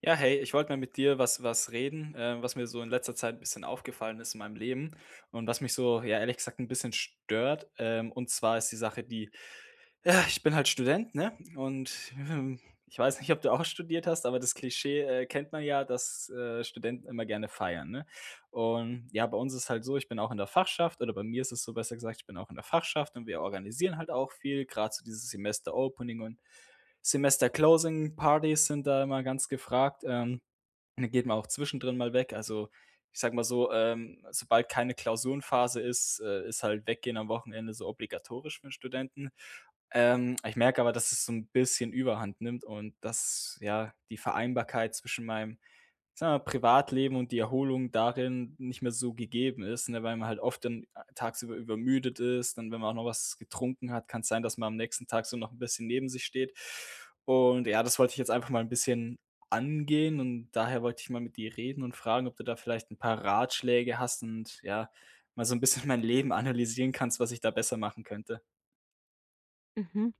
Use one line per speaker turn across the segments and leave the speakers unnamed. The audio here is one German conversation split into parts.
Ja, hey, ich wollte mal mit dir was reden, was mir so in letzter Zeit ein bisschen aufgefallen ist in meinem Leben und was mich so, ja, ehrlich gesagt ein bisschen stört. Und zwar ist die Sache die, ja, ich bin halt Student, ne? Ich weiß nicht, ob du auch studiert hast, aber das Klischee, kennt man ja, dass, Studenten immer gerne feiern, ne? Und ja, bei uns ist halt so, ich bin auch in der Fachschaft oder bei mir ist es so, besser gesagt, ich bin auch in der Fachschaft und wir organisieren halt auch viel, gerade so dieses Semester-Opening und Semester-Closing-Partys sind da immer ganz gefragt. Dann geht man auch zwischendrin mal weg. Also, ich sage mal so, sobald keine Klausurenphase ist, ist halt Weggehen am Wochenende so obligatorisch für Studenten. Ich merke aber, dass es so ein bisschen Überhand nimmt und dass, ja, die Vereinbarkeit zwischen meinem, sagen wir mal, Privatleben und die Erholung darin nicht mehr so gegeben ist, ne, weil man halt oft dann tagsüber übermüdet ist. Dann, wenn man auch noch was getrunken hat, kann es sein, dass man am nächsten Tag so noch ein bisschen neben sich steht. Und ja, das wollte ich jetzt einfach mal ein bisschen angehen und daher wollte ich mal mit dir reden und fragen, ob du da vielleicht ein paar Ratschläge hast und ja, mal so ein bisschen mein Leben analysieren kannst, was ich da besser machen könnte.
Mhm.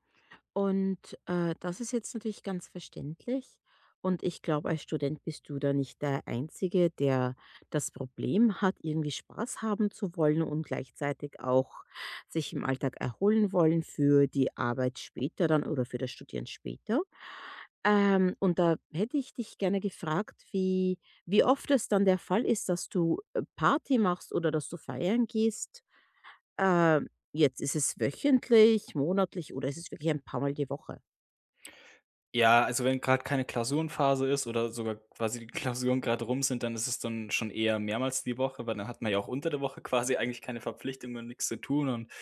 Und das ist jetzt natürlich ganz verständlich. Und ich glaube, als Student bist du da nicht der Einzige, der das Problem hat, irgendwie Spaß haben zu wollen und gleichzeitig auch sich im Alltag erholen wollen für die Arbeit später dann oder für das Studieren später. Und da hätte ich dich gerne gefragt, wie oft es dann der Fall ist, dass du Party machst oder dass du feiern gehst? Jetzt ist es wöchentlich, monatlich oder ist es wirklich ein paar Mal die Woche?
Ja, also wenn gerade keine Klausurenphase ist oder sogar quasi die Klausuren gerade rum sind, dann ist es dann schon eher mehrmals die Woche, weil dann hat man ja auch unter der Woche quasi eigentlich keine Verpflichtungen, nichts zu tun und,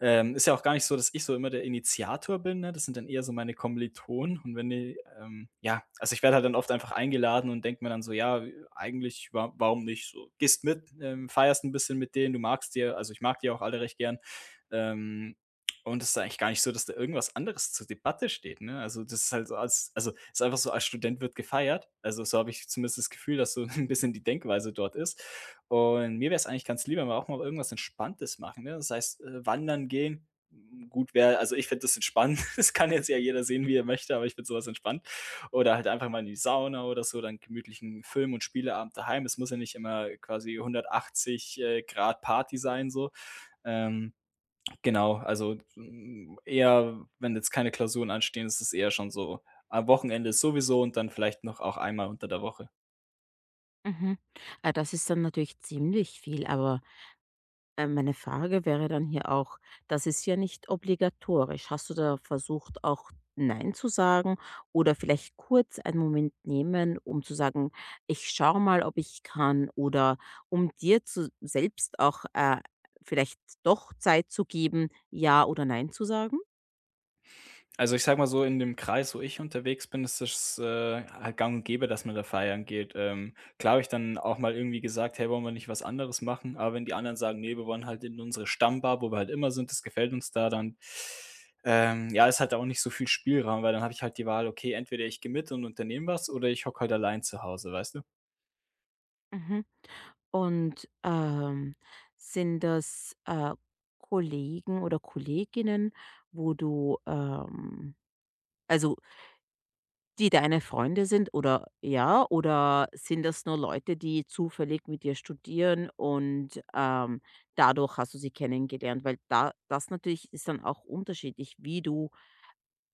ist ja auch gar nicht so, dass ich so immer der Initiator bin, ne? Das sind dann eher so meine Kommilitonen und wenn die, ja, also ich werde halt dann oft einfach eingeladen und denke mir dann so: „Ja, eigentlich wa warum nicht so? Gehst mit, feierst ein bisschen mit denen, du magst dir also ich mag die auch alle recht gern, ähm und es ist eigentlich gar nicht so, dass da irgendwas anderes zur Debatte steht, ne? Also, das ist halt so als also, ist einfach so, als Student wird gefeiert. Also, so habe ich zumindest das Gefühl, dass so 'n bisschen die Denkweise dort ist. Und mir wäre es eigentlich ganz lieb, wenn wir auch mal irgendwas Entspanntes machen, ne? Das heißt, wandern gehen, hm, gut wäre also, ich finde das entspannt. Das kann jetzt ja jeder sehen, wie er möchte, aber ich finde so was entspannt. Oder halt einfach mal in die Sauna oder so, dann gemütlichen Film und Spieleabend daheim. Es muss ja nicht immer quasi 180, Grad Party sein so. Ähm Genau, also, eher, wenn jetzt keine Klausuren anstehen, ist es eher schon so am Wochenende sowieso und dann vielleicht noch auch einmal unter der Woche.
Mhm. Ah, das ist dann natürlich ziemlich viel, aber meine Frage wäre dann hier auch, das ist ja nicht obligatorisch. Hast du da versucht, auch nein zu sagen oder vielleicht kurz einen Moment nehmen, um zu sagen: „Ich schaue mal, ob ich kann“, oder um dir zu selbst auch vielleicht doch Zeit zu geben, ja oder nein zu sagen?
Also, ich sage mal so, in dem Kreis, wo ich unterwegs bin, ist es, halt gang und gäbe, dass man da feiern geht. Klar habe ich dann auch mal irgendwie gesagt: „Hey, wollen wir nicht was anderes machen?“ Aber wenn die anderen sagen: „Nee, wir wollen halt in unsere Stammbar, wo wir halt immer sind, das gefällt uns da“, dann, ja, ist halt auch nicht so viel Spielraum, weil dann habe ich halt die Wahl: „Okay, entweder ich gehe mit und unternehme was oder ich hocke halt allein zu Hause“, weißt du?
Mhm. Und sind das Kollegen oder Kolleginnen, wo du, also, die deine Freunde sind oder ja, oder sind das nur Leute, die zufällig mit dir studieren und dadurch hast du sie kennengelernt? Weil da das natürlich ist dann auch unterschiedlich, wie du,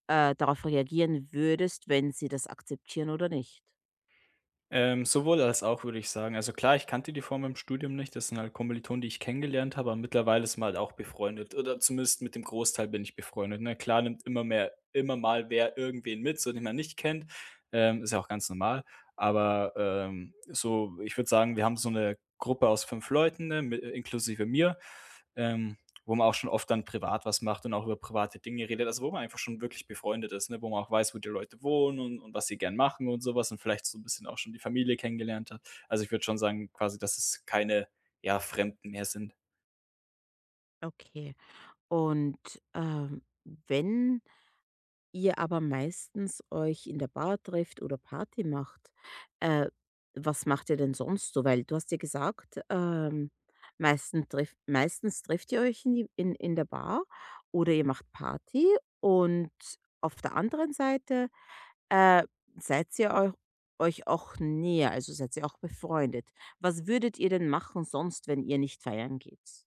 äh, darauf reagieren würdest, wenn sie das akzeptieren oder nicht.
Sowohl als auch, würde ich sagen. Also klar, ich kannte die vor meinem Studium nicht. Das sind halt Kommilitonen, die ich kennengelernt habe, aber mittlerweile ist wir halt auch befreundet. Oder zumindest mit dem Großteil bin ich befreundet. Ne? Klar nimmt immer mehr, immer mal wer irgendwen mit, so den man nicht kennt. Ist ja auch ganz normal. Aber so, ich würde sagen, wir haben so eine Gruppe aus 5 Leuten, ne? Mit, inklusive mir. Ähm, wo man auch schon oft dann privat was macht und auch über private Dinge redet, also wo man einfach schon wirklich befreundet ist, ne? Wo man auch weiß, wo die Leute wohnen und was sie gern machen und sowas und vielleicht so ein bisschen auch schon die Familie kennengelernt hat. Also, ich würde schon sagen quasi, dass es keine, ja, Fremden mehr sind.
Okay. Und wenn ihr aber meistens euch in der Bar trefft oder Party macht, äh, was macht ihr denn sonst so? Weil du hast ja gesagt, meistens trefft ihr euch in die in der Bar oder ihr macht Party und auf der anderen Seite, äh, seid ihr eu euch auch näher, also seid ihr auch befreundet. Was würdet ihr denn machen sonst, wenn ihr nicht feiern geht?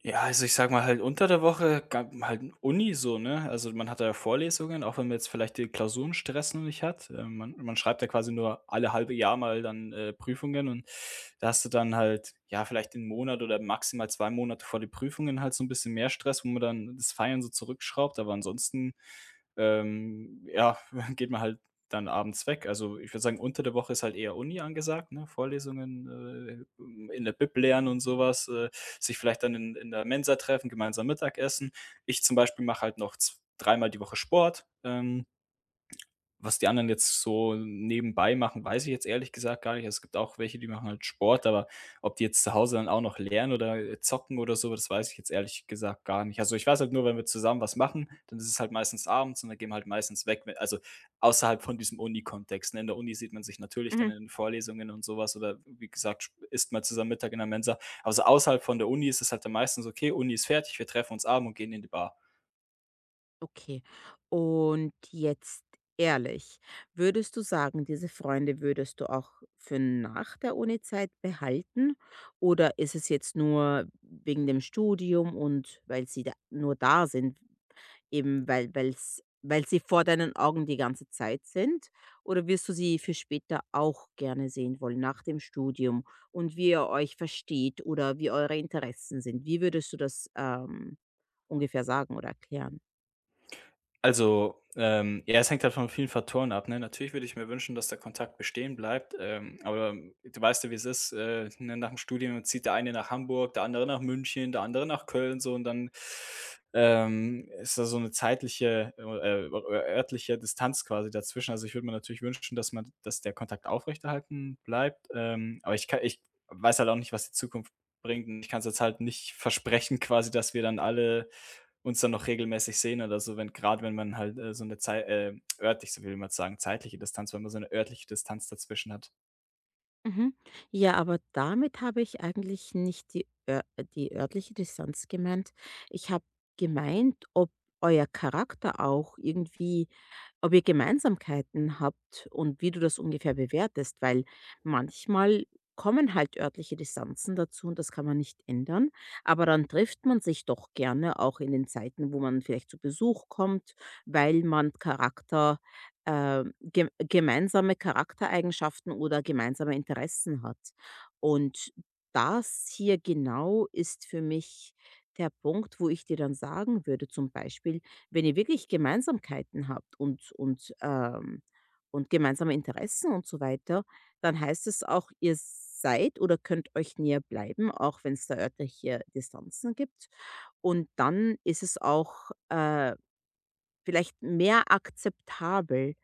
Ja, also ich sag mal halt unter der Woche ga halt Uni so, ne? Also, man hat da ja Vorlesungen, auch wenn man jetzt vielleicht die Klausurenstress noch nicht hat. Man schreibt ja quasi nur alle halbe Jahr mal dann, Prüfungen und da hast du dann halt, ja, vielleicht 'n Monat oder maximal 2 Monate vor die Prüfungen halt so ein bisschen mehr Stress, wo man dann das Feiern so zurückschraubt, aber ansonsten, ja, geht man halt dann abends weg. Also, ich würde sagen, unter der Woche ist halt eher Uni angesagt, ne? Vorlesungen, in der Bib lernen und sowas. Sich vielleicht dann in der Mensa treffen, gemeinsam Mittagessen. Ich zum Beispiel mache halt noch z 3-mal die Woche Sport. Was die anderen jetzt so nebenbei machen, weiß ich jetzt ehrlich gesagt gar nicht. Also, es gibt auch welche, die machen halt Sport, aber ob die jetzt zu Hause dann auch noch lernen oder, zocken oder so, das weiß ich jetzt ehrlich gesagt gar nicht. Also, ich weiß halt nur, wenn wir zusammen was machen, dann ist es halt meistens abends und dann gehen wir halt meistens weg, we also außerhalb von diesem Uni-Kontext, ne? In der Uni sieht man sich natürlich dann in den Vorlesungen und sowas oder wie gesagt, sp isst mal zusammen Mittag in der Mensa. Also außerhalb von der Uni ist es halt dann meistens: „Okay, Uni ist fertig, wir treffen uns abends und gehen in die Bar.“
Okay. Und jetzt ehrlich, würdest du sagen, diese Freunde würdest du auch für nach der Unizeit behalten? Oder ist es jetzt nur wegen dem Studium und weil sie da nur da sind, eben weil sie vor deinen Augen die ganze Zeit sind? Oder wirst du sie für später auch gerne sehen wollen, nach dem Studium und wie ihr euch versteht oder wie eure Interessen sind? Wie würdest du das ungefähr sagen oder erklären?
Also, ja, es hängt halt von vielen Faktoren ab, ne? Natürlich würde ich mir wünschen, dass der Kontakt bestehen bleibt, aber du weißt ja, wie es ist, ne, nach dem Studium zieht der eine nach Hamburg, der andere nach München, der andere nach Köln so und dann, ist da so eine örtliche Distanz quasi dazwischen. Also, ich würde mir natürlich wünschen, dass man dass der Kontakt aufrechterhalten bleibt, aber ich kann ich weiß halt auch nicht, was die Zukunft bringt und ich kann es jetzt halt nicht versprechen quasi, dass wir dann alle uns dann noch regelmäßig sehen oder so, wenn gerade wenn man halt, so eine zei örtlich, so will man sagen, zeitliche Distanz, wenn man so eine örtliche Distanz dazwischen hat.
Mhm. Ja, aber damit habe ich eigentlich nicht die örtliche Distanz gemeint. Ich habe gemeint, ob euer Charakter auch irgendwie ob ihr Gemeinsamkeiten habt und wie du das ungefähr bewertest, weil manchmal kommen halt örtliche Distanzen dazu und das kann man nicht ändern, aber dann trifft man sich doch gerne auch in den Zeiten, wo man vielleicht zu Besuch kommt, weil man Charakter ge gemeinsame Charaktereigenschaften oder gemeinsame Interessen hat. Und das hier genau ist für mich der Punkt, wo ich dir dann sagen würde, zum Beispiel, wenn ihr wirklich Gemeinsamkeiten habt und und gemeinsame Interessen und so weiter, dann heißt es auch, ihr seid oder könnt euch näher bleiben, auch wenn es da örtliche Distanzen gibt. Und dann ist es auch vielleicht mehr akzeptabel,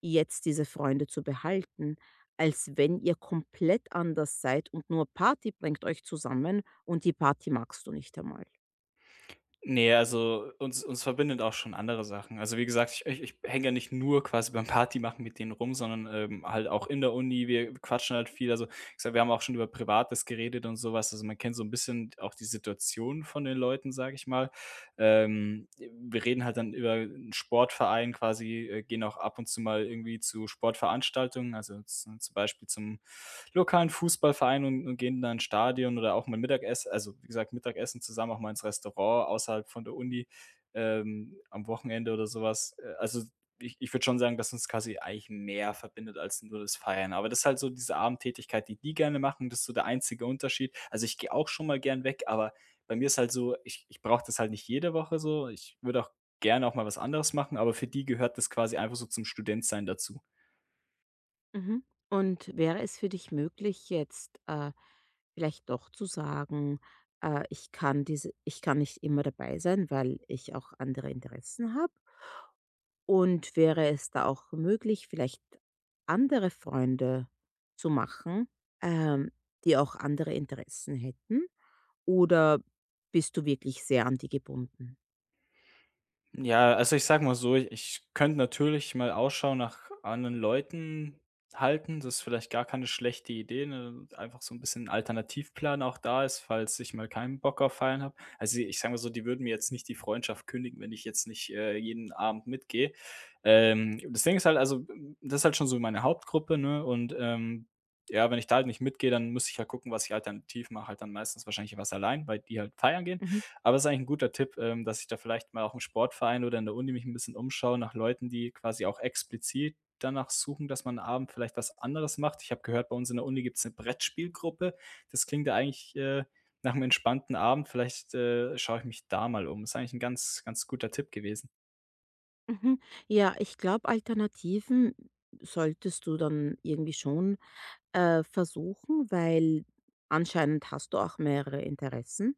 jetzt diese Freunde zu behalten, als wenn ihr komplett anders seid und nur Party bringt euch zusammen und die Party magst du nicht einmal.
Ne, also uns verbindet auch schon andere Sachen. Also, wie gesagt, ich hänge ja nicht nur quasi beim Partymachen mit denen rum, sondern, halt auch in der Uni. Wir quatschen halt viel. Also, ich sag, wir haben auch schon über Privates geredet und sowas. Also, man kennt so ein bisschen auch die Situation von den Leuten, sage ich mal. Wir reden halt dann über 'n Sportverein quasi, gehen auch ab und zu mal irgendwie zu Sportveranstaltungen, also z zum Beispiel zum lokalen Fußballverein und gehen dann ins Stadion oder auch mal Mittagessen, also wie gesagt, Mittagessen zusammen auch mal ins Restaurant außerhalb von der Uni am Wochenende oder sowas. Also ich würde schon sagen, dass uns quasi eigentlich mehr verbindet als nur das Feiern. Aber das ist halt so diese Abendtätigkeit, die die gerne machen. Das ist so der einzige Unterschied. Also ich gehe auch schon mal gern weg, aber bei mir ist halt so, ich brauche das halt nicht jede Woche so. Ich würde auch gerne auch mal was anderes machen, aber für die gehört das quasi einfach so zum Studentsein dazu.
Mhm. Und wäre es für dich möglich, jetzt vielleicht doch zu sagen, ich kann ich kann nicht immer dabei sein, weil ich auch andere Interessen habe? Und wäre es da auch möglich, vielleicht andere Freunde zu machen, ähm, die auch andere Interessen hätten? Oder bist du wirklich sehr an die gebunden?
Ja, also ich sag mal so, ich könnte natürlich mal Ausschau nach anderen Leuten halten. Das ist vielleicht gar keine schlechte Idee, ne? Einfach so ein bisschen ein Alternativplan auch da ist, falls ich mal keinen Bock auf Feiern habe. Also, ich sag mal so, die würden mir jetzt nicht die Freundschaft kündigen, wenn ich jetzt nicht, jeden Abend mitgehe. Das Ding ist halt also, das ist halt schon so meine Hauptgruppe, ne? Und, ja, wenn ich da halt nicht mitgehe, dann müsste ich ja halt gucken, was ich alternativ mache, halt dann meistens wahrscheinlich was allein, weil die halt feiern gehen.
Mhm.
Aber es ist eigentlich ein guter Tipp, dass ich da vielleicht mal auch im Sportverein oder in der Uni mich ein bisschen umschaue nach Leuten, die quasi auch explizit danach suchen, dass man abend vielleicht was anderes macht. Ich habe gehört, bei uns in der Uni gibt es eine Brettspielgruppe. Das klingt ja eigentlich, nach einem entspannten Abend. Vielleicht, schaue ich mich da mal um. Ist eigentlich ein ganz, ganz guter Tipp gewesen.
Mhm. Ja, ich glaube, Alternativen solltest du dann irgendwie schon versuchen, weil anscheinend hast du auch mehrere Interessen.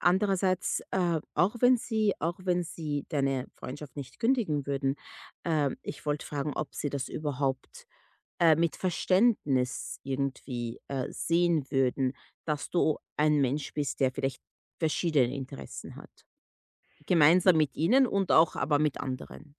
Andererseits, auch wenn sie deine Freundschaft nicht kündigen würden, ich wollte fragen, ob sie das überhaupt mit Verständnis irgendwie sehen würden, dass du ein Mensch bist, der vielleicht verschiedene Interessen hat. Gemeinsam mit ihnen und auch aber mit anderen.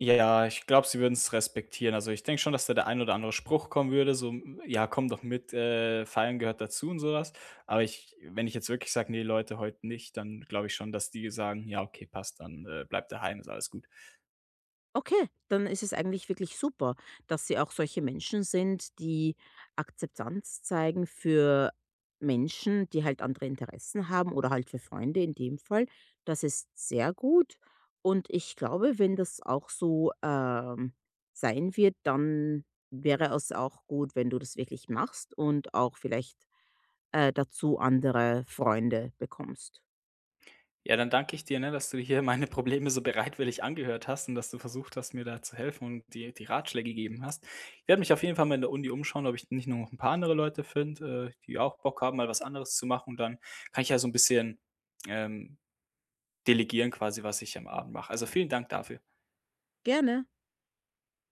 Ja, ja, ich glaube, sie würden es respektieren. Also, ich denke schon, dass da der ein oder andere Spruch kommen würde, so: „Hm, ja, komm doch mit, feiern gehört dazu“ und sowas. Aber ich wenn ich jetzt wirklich sage: „Nee Leute, heute nicht“, dann glaube ich schon, dass die sagen: „Ja, okay, passt, dann, bleib daheim, ist alles gut.“
Okay, dann ist es eigentlich wirklich super, dass Sie auch solche Menschen sind, die Akzeptanz zeigen für Menschen, die halt andere Interessen haben oder halt für Freunde in dem Fall. Das ist sehr gut. Und ich glaube, wenn das auch so sein wird, dann wäre es auch gut, wenn du das wirklich machst und auch vielleicht dazu andere Freunde bekommst.
Ja, dann danke ich dir, ne, dass du hier meine Probleme so bereitwillig angehört hast und dass du versucht hast, mir da zu helfen und die Ratschläge gegeben hast. Ich werde mich auf jeden Fall mal in der Uni umschauen, ob ich nicht nur noch ein paar andere Leute finde, die auch Bock haben, mal was anderes zu machen. Und dann kann ich ja so ein bisschen, ähm delegieren quasi, was ich am Abend mache. Also, vielen Dank dafür.
Gerne.